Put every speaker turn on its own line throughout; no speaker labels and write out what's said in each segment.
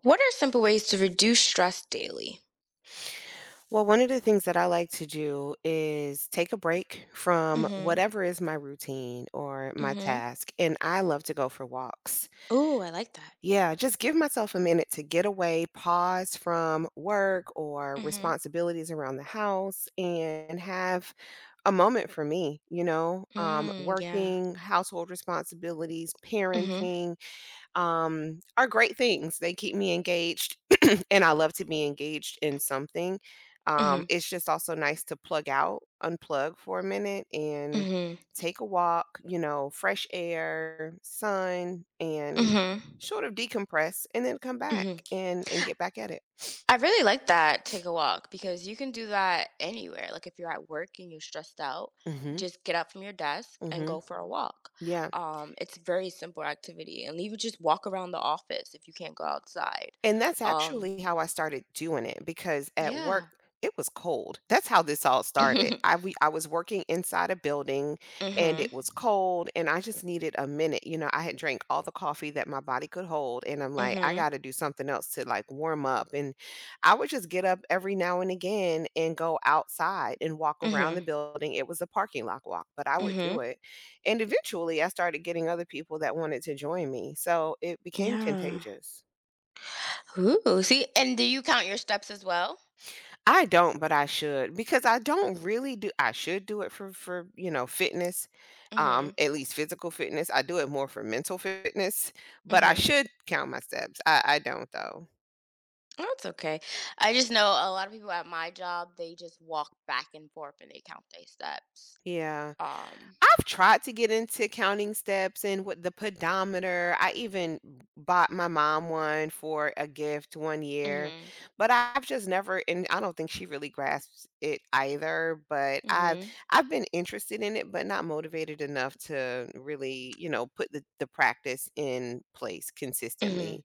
What are simple ways to reduce stress daily?
Well, one of the things that I like to do is take a break from
Mhm.
whatever is my routine or my
Mhm.
task, and I love to go for walks.
Ooh, I like that.
Yeah, just give myself a minute to get away, pause from work or
Mhm.
responsibilities around the house, and have a moment for me,
Mm, yeah.
working, household responsibilities,
Mhm.
parenting, are great things. They keep me engaged, and I love to be engaged in something. Um,
Mhm.
it's just also nice to plug out, unplug for a minute, and
Mhm.
take a walk, you know, fresh air, sun, and
Mhm.
sort of decompress and then come back
Mhm.
and get back at it.
I really like that take a walk because you can do that anywhere. Like if you're at work and you're stressed out,
mm
just get up from your desk
hmm Mm
and
hmm
go for a walk.
Yeah.
It's very simple activity and even just walk around the office if you can't go outside.
And that's
Um,
actually how I started doing it because at work,
yeah.
it was cold. That's how this all started.
Mhm.
I was working inside a building and it
Mhm.
was cold and I just needed a minute. You know, I had drank all the coffee that my body could hold and I'm like, I
Mhm.
got to do something else to like warm up and I would just get up every now and again and go outside and walk around the
Mhm.
building. It was a parking lot walk, but I would do
Mhm.
it. And eventually I started getting other people that wanted to join me. So it became
Yeah.
contagious.
Ooh, see, and do you count your steps as well?
I don't, but I should because I don't really do I should do it for, you know, fitness,
Mhm,
at least physical fitness. I do it more for mental fitness, but I
mhm.
should count my steps. I don't though.
That's okay. I just know a lot of people at my job, they just walk back and forth and they count their steps.
Yeah.
Um,
I've tried to get into counting steps and with the pedometer. I even bought my mom one for a gift one year,
mhm,
but I've just never, and I don't think she really grasps it either. But I've
mhm,
I've been interested in it, but not motivated enough to really, you know, put the practice in place
mhm.
consistently.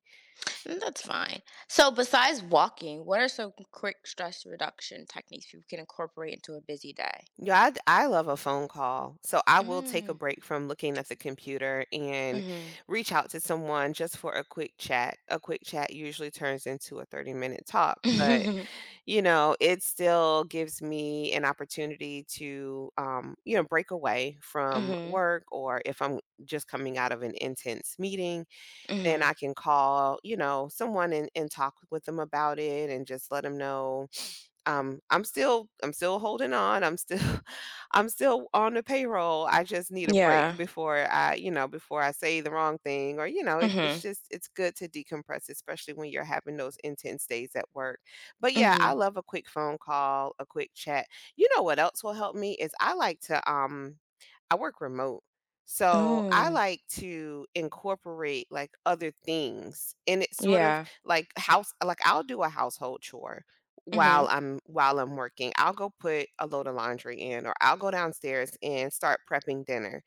And that's fine. So, besides walking, what are some quick stress reduction techniques you can incorporate into a busy day?
Yeah, I love a phone call. So I will take a
Mm,
break from looking at the computer and
mhm,
reach out to someone just for a quick chat. A quick chat usually turns into a 30-minute talk, but,
mhm,
you know, it still gives me an opportunity to, you know, break away from
mhm.
work or if I'm just coming out of an intense meeting, then I can call, you know, someone and talk with them about it and just let them know I'm still holding on. I'm still I'm still on the payroll. I just need a break
Yeah,
before I, you know, before I say the wrong thing or, you know, it's
mhm,
just it's good to decompress, especially when you're having those intense days at work. But yeah, I
mhm.
love a quick phone call, a quick chat. You know what else will help me is I like to I work remote. So I
Oh,
like to incorporate like other things and it's sort of
yeah,
like house like I'll do a household chore while
mhm,
I'm while I'm working, I'll go put a load of laundry in or I'll go downstairs and start prepping dinner.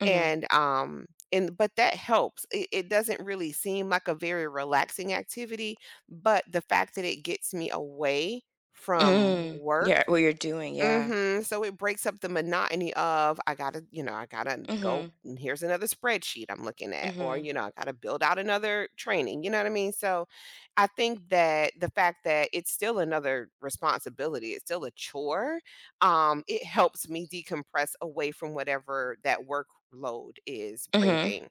mhm.
And, um and but that helps. It doesn't really seem like a very relaxing activity, but the fact that it gets me away from
Mm. Yeah,
work.
what you're doing, yeah.
Mhm, so it breaks up the monotony of, I gotta, you know, I gotta go
Mhm.
and here's another spreadsheet I'm looking at, or,
Mhm.
you know, I gotta build out another training, you know what I mean? So, I think that the fact that it's still another responsibility, it's still a chore, it helps me decompress away from whatever that workload is
Mhm.
bringing.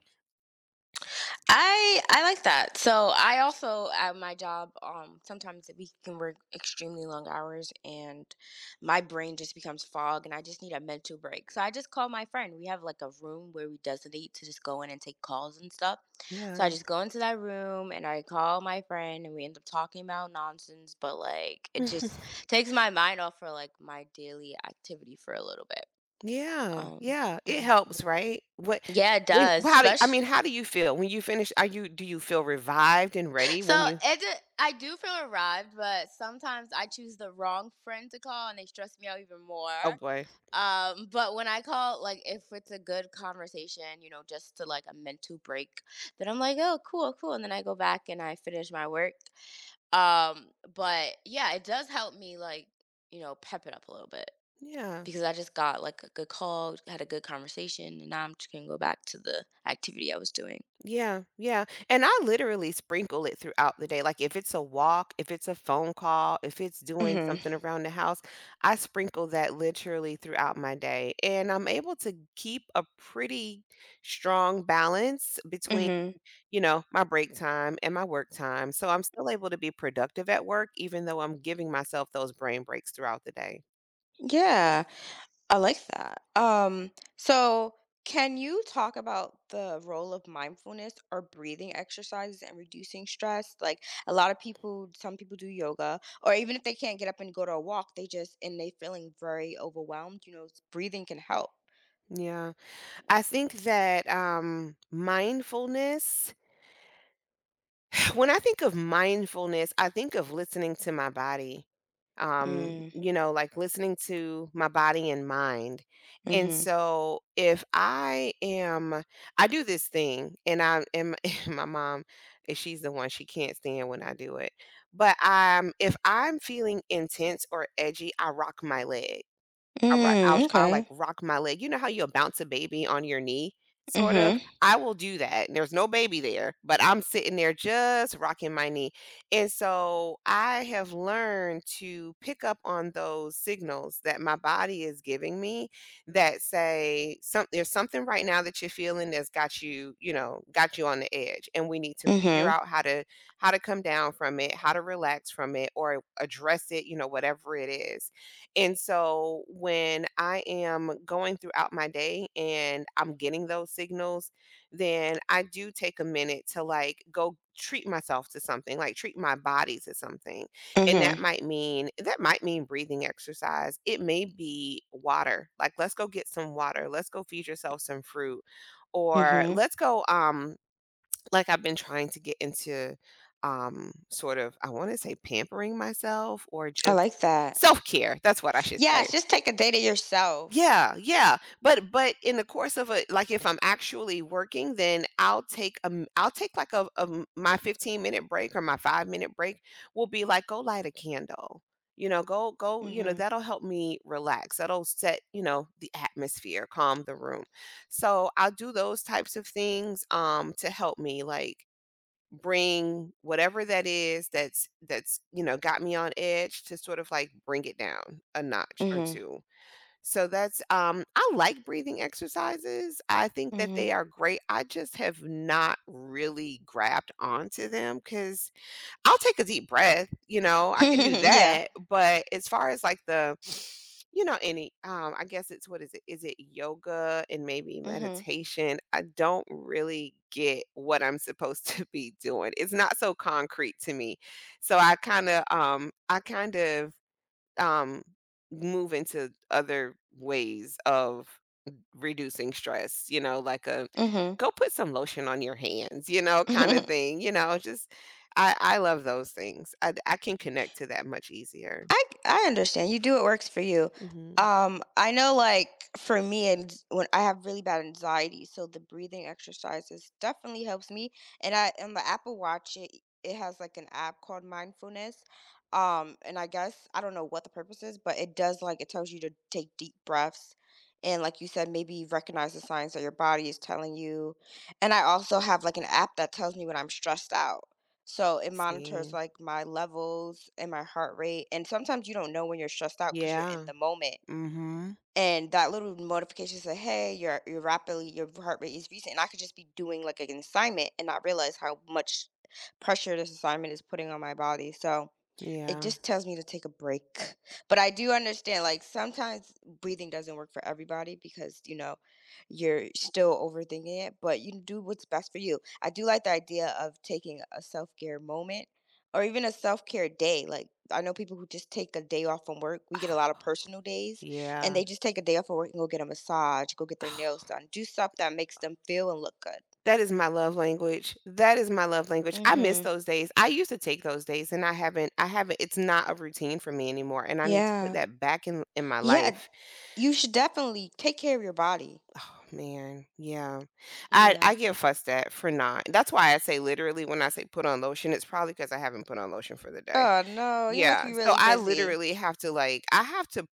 I like that. So I also at my job, sometimes we can work extremely long hours, and my brain just becomes fog, and I just need a mental break. So I just call my friend. We have like a room where we designate to just go in and take calls and stuff. So
Yeah.
I just go into that room and I call my friend, and we end up talking about nonsense, but like it just takes my mind off for like my daily activity for a little bit.
Yeah,
Um,
yeah, it
mhm.
helps, right? What
Yeah, it
when
does.
how do I
Special.
mean, how do you feel when you finish? Are you do you feel revived and ready when
So
you
it, d- I do feel arrived, but sometimes I choose the wrong friend to call, and they stress me out even
Oh
more.
boy.
But when I call, like if it's a good conversation, you know, just to like a mental break, then I'm like, oh, cool, cool, and then I go back and I finish my work. Um, but yeah, it does help me like you know pep it up a little bit
Yeah.
because I just got like a good call, had a good conversation, and now I'm just gonna go back to the activity I was doing.
Yeah, yeah. And I literally sprinkle it throughout the day. Like if it's a walk, if it's a phone call, if it's doing
Mhm.
something around the house, I sprinkle that literally throughout my day. And I'm able to keep a pretty strong balance between
Mhm.
you know, my break time and my work time. So I'm still able to be productive at work, even though I'm giving myself those brain breaks throughout the day.
Yeah. I like that. So can you talk about the role of mindfulness or breathing exercises and reducing stress? Like a lot of people some people do yoga or even if they can't get up and go to a walk, they just and they feeling very overwhelmed, breathing can help.
Yeah. I think that mindfulness when I think of mindfulness, I think of listening to my body.
Mm,
You know, like listening to my body and mind. And
mhm.
so if I am I do this thing and I am my mom, eh, she's the one she can't stand when I do it. But if I'm feeling intense or edgy, I rock my leg. All right, I'll
Mm,
I'll, like,
okay.
rock my leg. You know how you'll bounce a baby on your knee, sort of?
Mhm.
I will do that, and there's no baby there, but I'm sitting there just rocking my knee, and so I have learned to pick up on those signals that my body is giving me that say, some there's something right now that you're feeling that's got you, you know, got you on the edge, and we need to figure
Mhm.
out how to come down from it, how to relax from it, or address it, you know, whatever it is. And so when I am going throughout my day and I'm getting those signals, then I do take a minute to like go treat myself to something, like treat my body to something. And that
Mhm.
might mean that might mean breathing exercise. It may be water. Like let's go get some water. Let's go feed yourself some fruit or
Mhm.
let's go like, I've been trying to get into, sort of, I wanna say pampering myself or
I
just
like that.
self-care, that's what I should
Yeah,
say.
it's just take a day to yourself.
Yeah, yeah, but in the course of a like, if I'm actually working, then I'll take, like, my 15-minute break or my five-minute break will be like, "Go light a candle." You know, "Go go" you know,
Mhm.
that'll help me relax, that'll set, you know, the atmosphere, calm the room. So, I'll do those types of things, to help me, like bring whatever that is that's, you know, got me on edge to sort of, like, bring it down a notch or
Mhm.
2. So that's, I like breathing exercises. I think that they
Mhm.
are great. I just have not really grabbed onto them because. I'll take a deep breath, you know, I can do
Yeah.
that, but as far as like the you know, any I guess it's what is it? Is it yoga and maybe
Mhm.
meditation? I don't really get what I'm supposed to be doing. It's not so concrete to me. So I kind of um move into other ways of reducing stress, you know, like a
Mhm. Mhm.
go put some lotion on your hands, you know, kind of thing, you know, just I love those things. I can connect to that much easier.
I understand. You do what works for you.
Mhm.
I know like for me and when I have really bad anxiety, so the breathing exercises definitely helps me. And I and the Apple Watch it has like an app called Mindfulness. And I guess I don't know what the purpose is, but it does like it tells you to take deep breaths and like you said, maybe recognize the signs that your body is telling you. And I also have like an app that tells me when I'm stressed out. So it monitors
See.
like my levels and my heart rate. And sometimes you don't know when you're stressed out because you're in
Yeah.
the moment.
Mhm.
And that little notification said, "Hey, you're rapidly your heart rate is recent." And I could just be doing like an assignment and not realize how much pressure this assignment is putting on my body. So it
Yeah.
just tells me to take a break. But I do understand, like, sometimes breathing doesn't work for everybody because, you know, you're still overthinking it, but you do what's best for you. I do like the idea of taking a self care moment or even a self care day. Like, I know people who just take a day off from work. We get a lot of personal days, and
Yeah.
they just take a day off from work and go get a massage, go get their nails done, do stuff that makes them feel and look good.
That is my love language. That is my love language.
Mm
I miss those
hmm.
days. I used to take those days and I haven't it's not a routine for me anymore and I need to put
Yeah.
that back in my
Yeah.
life.
You should definitely take care of your body.
Man, yeah. I
Yeah.
get fussed at for not that's why I say literally when I say put on lotion, it's probably because I haven't put on lotion for the day.
Oh no, you must
Yeah,
be
so
really
I
busy.
literally have to, like I have to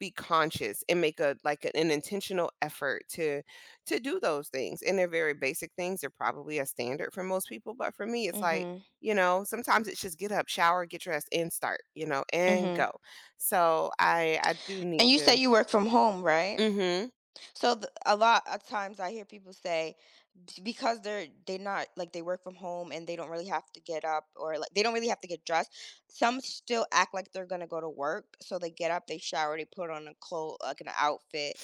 be conscious and make a like, an intentional effort to do those things, and they're very basic things, they're probably a standard for most people, but for me, it's like,
Mhm.
you know, sometimes it's just get up, shower, get dressed, and start, you know, and
Mhm.
go. So I do need
And you
to
said you work from home, right?
Mhm.
So th a lot of times I hear people say "B- because they're they not like they work from home and they don't really have to get up or like they don't really have to get dressed. Some still act like they're gonna go to work, so they get up, they shower, they put on a clothes like an outfit,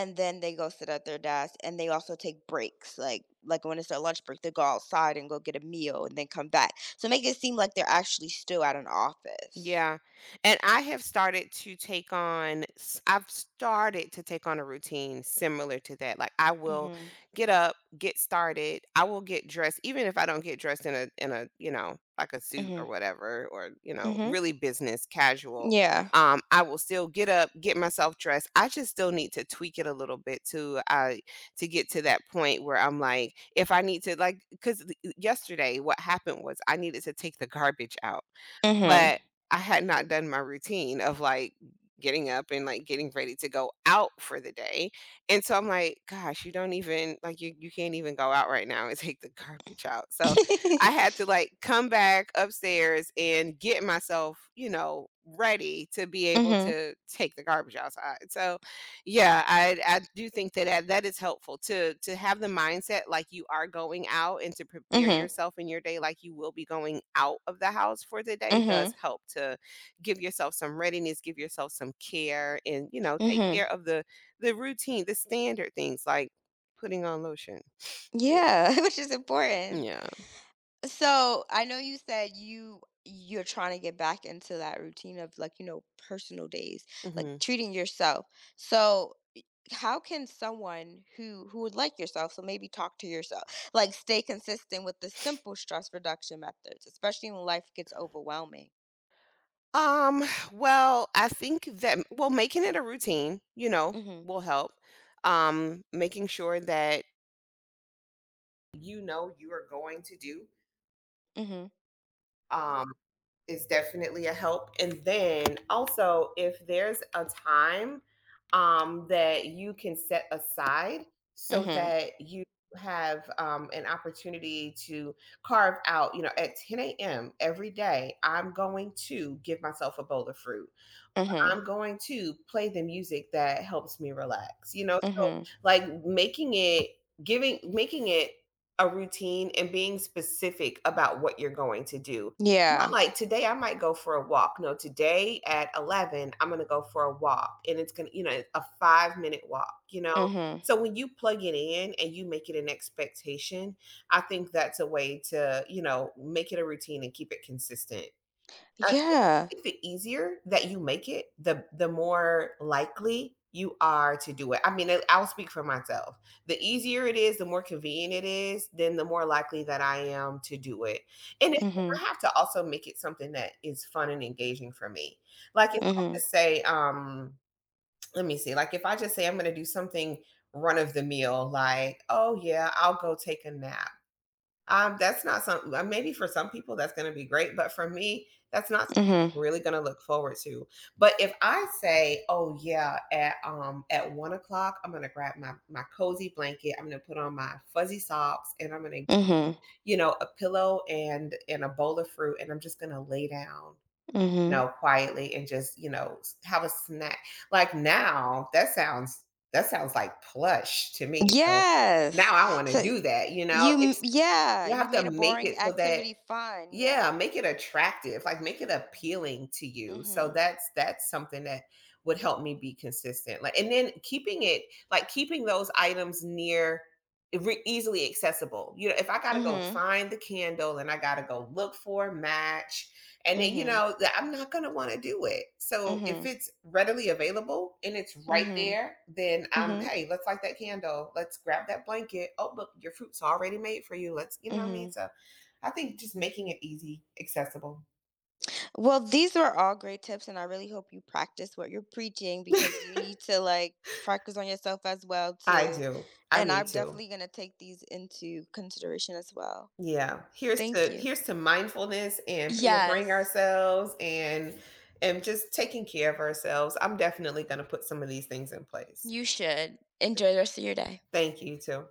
and then they go sit at their desk. And they also take breaks, like when it's their lunch break, they go outside and go get a meal and then come back. So make it seem like they're actually still at an office.
Yeah. And I have started to take on s I've started to take on a routine similar to that. Like I will
Mhm.
get up, get started, I will get dressed, even if I don't get dressed in a, you know, like a suit or
Mhm.
whatever, or, you know,
Mhm.
really business casual.
Yeah.
I will still get up, get myself dressed. I just still need to tweak it a little bit to get to that point where I'm like, if I need to like because yesterday what happened was I needed to take the garbage out
Mhm.
but I had not done my routine of, like, getting up and, like, getting ready to go out for the day, and so I'm like, "Gosh, you don't even like, you can't even go out right now and take the garbage out." So, I had to, like, come back upstairs and get myself, you know, ready to be able
Mhm.
to take the garbage outside. So yeah, I do think that is helpful to have the mindset like you are going out, and to prepare
Mhm.
yourself in your day like you will be going out of the house for the day does
Mhm.
help to give yourself some readiness, give yourself some care, and take
Mhm.
care of the routine, the standard things like putting on lotion.
Yeah, which is important.
Yeah.
So, I know you said you're trying to get back into that routine of like, you know, personal days, like
Hmm.
treating yourself. So, how can someone who would like yourself, so maybe talk to yourself, like stay consistent with the simple stress reduction methods, especially when life gets overwhelming?
Um, well, I think that, well, making it a routine,
Mhm.
will help. Making sure that you know you are going to do,
Mhm.
um, is definitely a help. And then also, if there's a time, that you can set aside so
Mhm.
that you have, an opportunity to carve out, you know, at 10 a.m. every day, I'm going to give myself a bowl of fruit.
Mhm.
I'm going to play the music that helps me relax, you know? So,
Mhm.
like, making it a routine and being specific about what you're going to do. Not
Yeah.
like, "Today I might go for a walk." No, "Today at 11, I'm gonna go for a walk," and it's gonna, you know, a five-minute walk, you know?
Mhm.
So, when you plug it in and you make it an expectation, I think that's a way to, you know, make it a routine and keep it consistent.
Yeah.
Think the easier that you make it, the more likely you are to do it. I mean, I'll speak for myself. The easier it is, the more convenient it is, then the more likely that I am to do it. And it's,
Mhm.
I have to also make it something that is fun and engaging for me. Like, if I
Mhm.
just say, let me see, like, if I just say I'm going to do something run of the mill, like, oh yeah, I'll go take a nap. That's not something, maybe for some people that's gonna be great, but for me, that's not something
Mhm.
I'm really gonna look forward to. But if I say, "Oh yeah, at 1 o'clock, I'm gonna grab my cozy blanket, I'm gonna put on my fuzzy socks, and I'm gonna,
Mhm.
you know, a pillow and a bowl of fruit, and I'm just gonna lay down, you
Mhm.
know, quietly, and just, you know, have a snack." Like, now that sounds like plush to me. So
Yes.
now I want to
So
do that, you know.
you,
It's
yeah,
you
you
have to
made a
make
boring
it so that,
activity fun.
yeah,
Yeah.
make it attractive, like, make it appealing to you, so
Mhm.
that's something that would help me be consistent, like, and then keeping it, like, keeping those items near, eh, re easily accessible, you know, if I gotta go
Mhm.
find the candle and I gotta go look for a match, and then, you
Mhm.
know, that I'm not gonna wanna do it. So if
Mhm.
it's readily available and it's right
Mhm.
there, then I'm,
Mhm.
"Hey, let's light that candle, let's grab that blanket, oh, look, your fruit's already made for you, let's" you know what I mean?
Mhm.
So I think just making it easy, accessible.
Well, these were all great tips and I really hope you practice what you're preaching because you need to like practice on yourself as well
I
too.
do. I
And
need
I'm
to.
definitely going to take these into consideration as well.
Yeah. Here's
Thank
to
you.
mindfulness and pampering
Yes,
ourselves, and just taking care of ourselves. I'm definitely going to put some of these things in place.
you should. Enjoy the rest of your day.
Thank you too.